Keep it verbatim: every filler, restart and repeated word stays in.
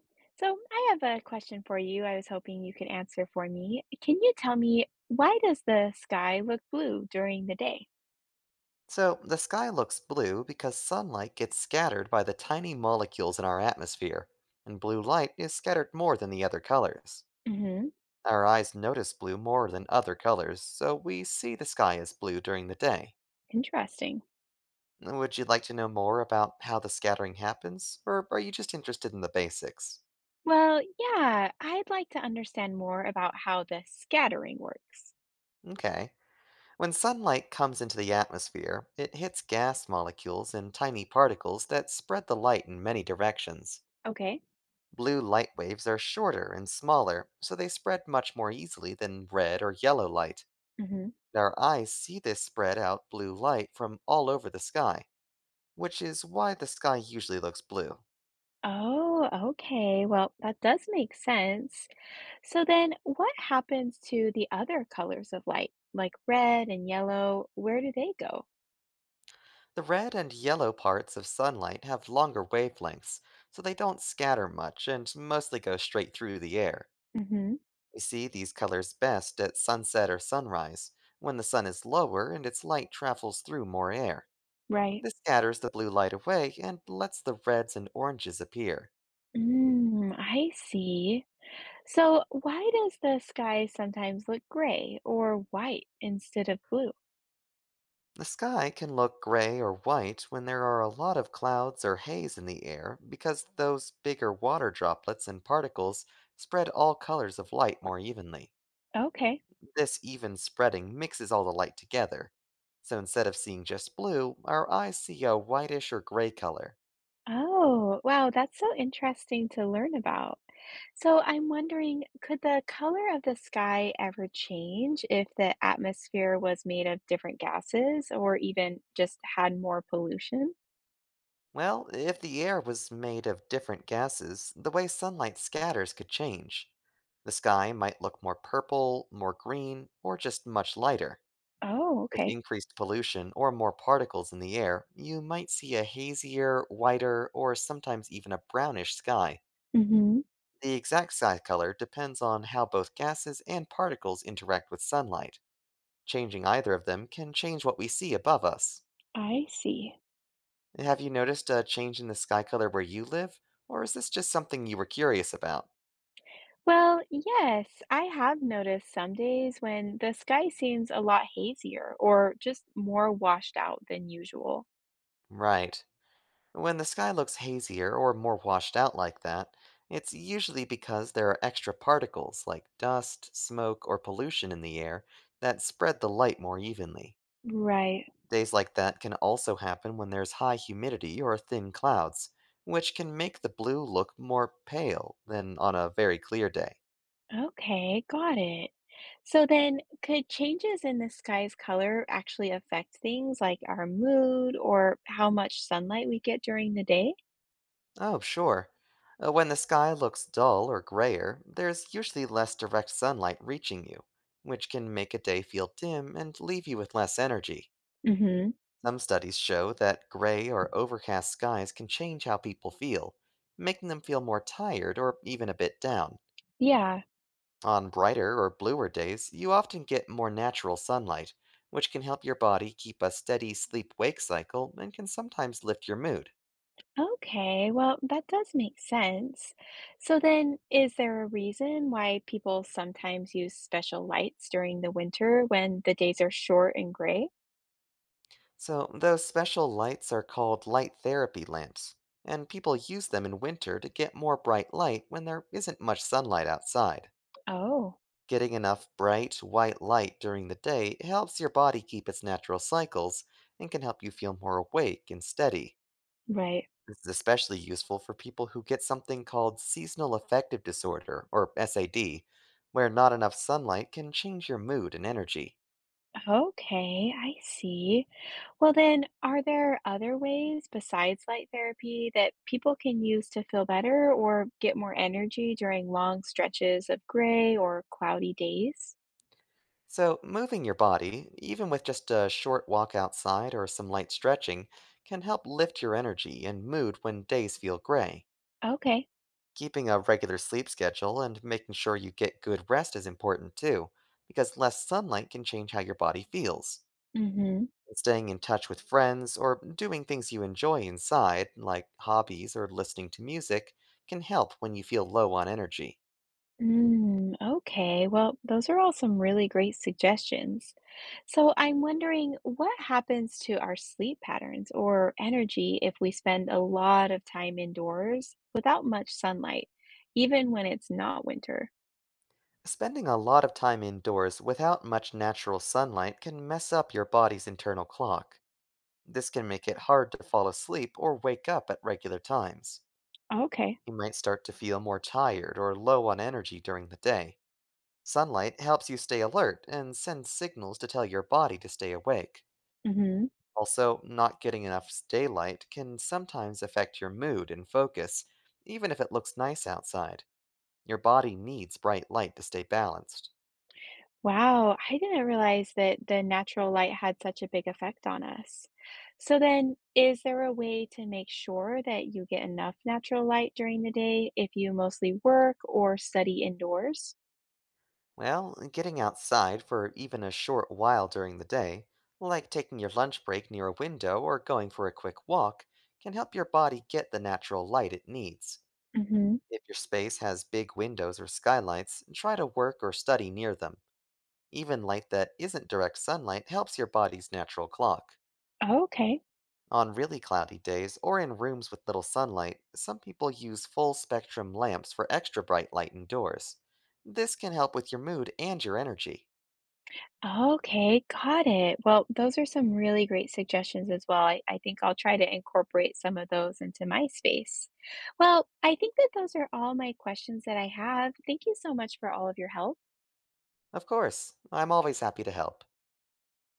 So I have a question for you. I was hoping you could answer for me. Can you tell me why does the sky look blue during the day? So, the sky looks blue because sunlight gets scattered by the tiny molecules in our atmosphere, and blue light is scattered more than the other colors. Hmm. Our eyes notice blue more than other colors, so we see the sky as blue during the day. Interesting. Would you like to know more about how the scattering happens, or are you just interested in the basics? Well, yeah, I'd like to understand more about how the scattering works. Okay. When sunlight comes into the atmosphere, it hits gas molecules and tiny particles that spread the light in many directions. Okay. Blue light waves are shorter and smaller, so they spread much more easily than red or yellow light. Hmm. Our eyes see this spread out blue light from all over the sky, which is why the sky usually looks blue. Oh, okay. Well, that does make sense. So then what happens to the other colors of light, like red and yellow? Where do they go? The red and yellow parts of sunlight have longer wavelengths, so they don't scatter much and mostly go straight through the air. Hmm. We see these colors best at sunset or sunrise, when the sun is lower and its light travels through more air. Right. This scatters the blue light away and lets the reds and oranges appear. Mm, I see. So, why does the sky sometimes look gray or white instead of blue? The sky can look gray or white when there are a lot of clouds or haze in the air because those bigger water droplets and particles spread all colors of light more evenly. Okay. This even spreading mixes all the light together. So instead of seeing just blue, our eyes see a whitish or gray color. Oh, wow, that's so interesting to learn about. So, I'm wondering, could the color of the sky ever change if the atmosphere was made of different gases or even just had more pollution? Well, if the air was made of different gases, the way sunlight scatters could change. The sky might look more purple, more green, or just much lighter. Oh, With okay. increased pollution or more particles in the air, you might see a hazier, whiter, or sometimes even a brownish sky. Mm-hmm. The exact sky color depends on how both gases and particles interact with sunlight. Changing either of them can change what we see above us. I see. Have you noticed a change in the sky color where you live, or is this just something you were curious about? Well, yes, I have noticed some days when the sky seems a lot hazier or just more washed out than usual. Right. When the sky looks hazier or more washed out like that, it's usually because there are extra particles like dust, smoke, or pollution in the air that spread the light more evenly. Right. Days like that can also happen when there's high humidity or thin clouds, which can make the blue look more pale than on a very clear day. Okay, got it. So then, could changes in the sky's color actually affect things like our mood or how much sunlight we get during the day? Oh, sure. Uh, When the sky looks dull or grayer, there's usually less direct sunlight reaching you, which can make a day feel dim and leave you with less energy. Mm-hmm. Some studies show that gray or overcast skies can change how people feel, making them feel more tired or even a bit down. Yeah. On brighter or bluer days, you often get more natural sunlight, which can help your body keep a steady sleep wake cycle and can sometimes lift your mood. Okay, well, that does make sense. So then, is there a reason why people sometimes use special lights during the winter when the days are short and gray? So, those special lights are called light therapy lamps, and people use them in winter to get more bright light when there isn't much sunlight outside. Oh, Getting enough bright, white light during the day helps your body keep its natural cycles and can help you feel more awake and steady. right. This is especially useful for people who get something called seasonal affective disorder, or SAD, where not enough sunlight can change your mood and energy. Okay, I see. Well, then, are there other ways besides light therapy that people can use to feel better or get more energy during long stretches of gray or cloudy days? So, moving your body, even with just a short walk outside or some light stretching, can help lift your energy and mood when days feel gray. Okay. Keeping a regular sleep schedule and making sure you get good rest is important too, because less sunlight can change how your body feels. Mm-hmm. Staying in touch with friends or doing things you enjoy inside, like hobbies or listening to music, can help when you feel low on energy. Mm, okay. Well, those are all some really great suggestions. So I'm wondering what happens to our sleep patterns or energy if we spend a lot of time indoors without much sunlight, even when it's not winter. Spending a lot of time indoors without much natural sunlight can mess up your body's internal clock. This can make it hard to fall asleep or wake up at regular times. Okay. You might start to feel more tired or low on energy during the day. Sunlight helps you stay alert and sends signals to tell your body to stay awake. Hmm. Also, not getting enough s- daylight can sometimes affect your mood and focus, even if it looks nice outside. Your body needs bright light to stay balanced. Wow, I didn't realize that the natural light had such a big effect on us. So then, is there a way to make sure that you get enough natural light during the day if you mostly work or study indoors? Well, getting outside for even a short while during the day, like taking your lunch break near a window or going for a quick walk, can help your body get the natural light it needs. Mhm. If your space has big windows or skylights, try to work or study near them. Even light that isn't direct sunlight helps your body's natural clock. Okay. On really cloudy days or in rooms with little sunlight, some people use full spectrum lamps for extra bright light indoors. This can help with your mood and your energy. Okay, got it. Well, those are some really great suggestions as well. I, I think I'll try to incorporate some of those into my space. Well, I think that those are all my questions that I have. Thank you so much for all of your help. Of course, I'm always happy to help.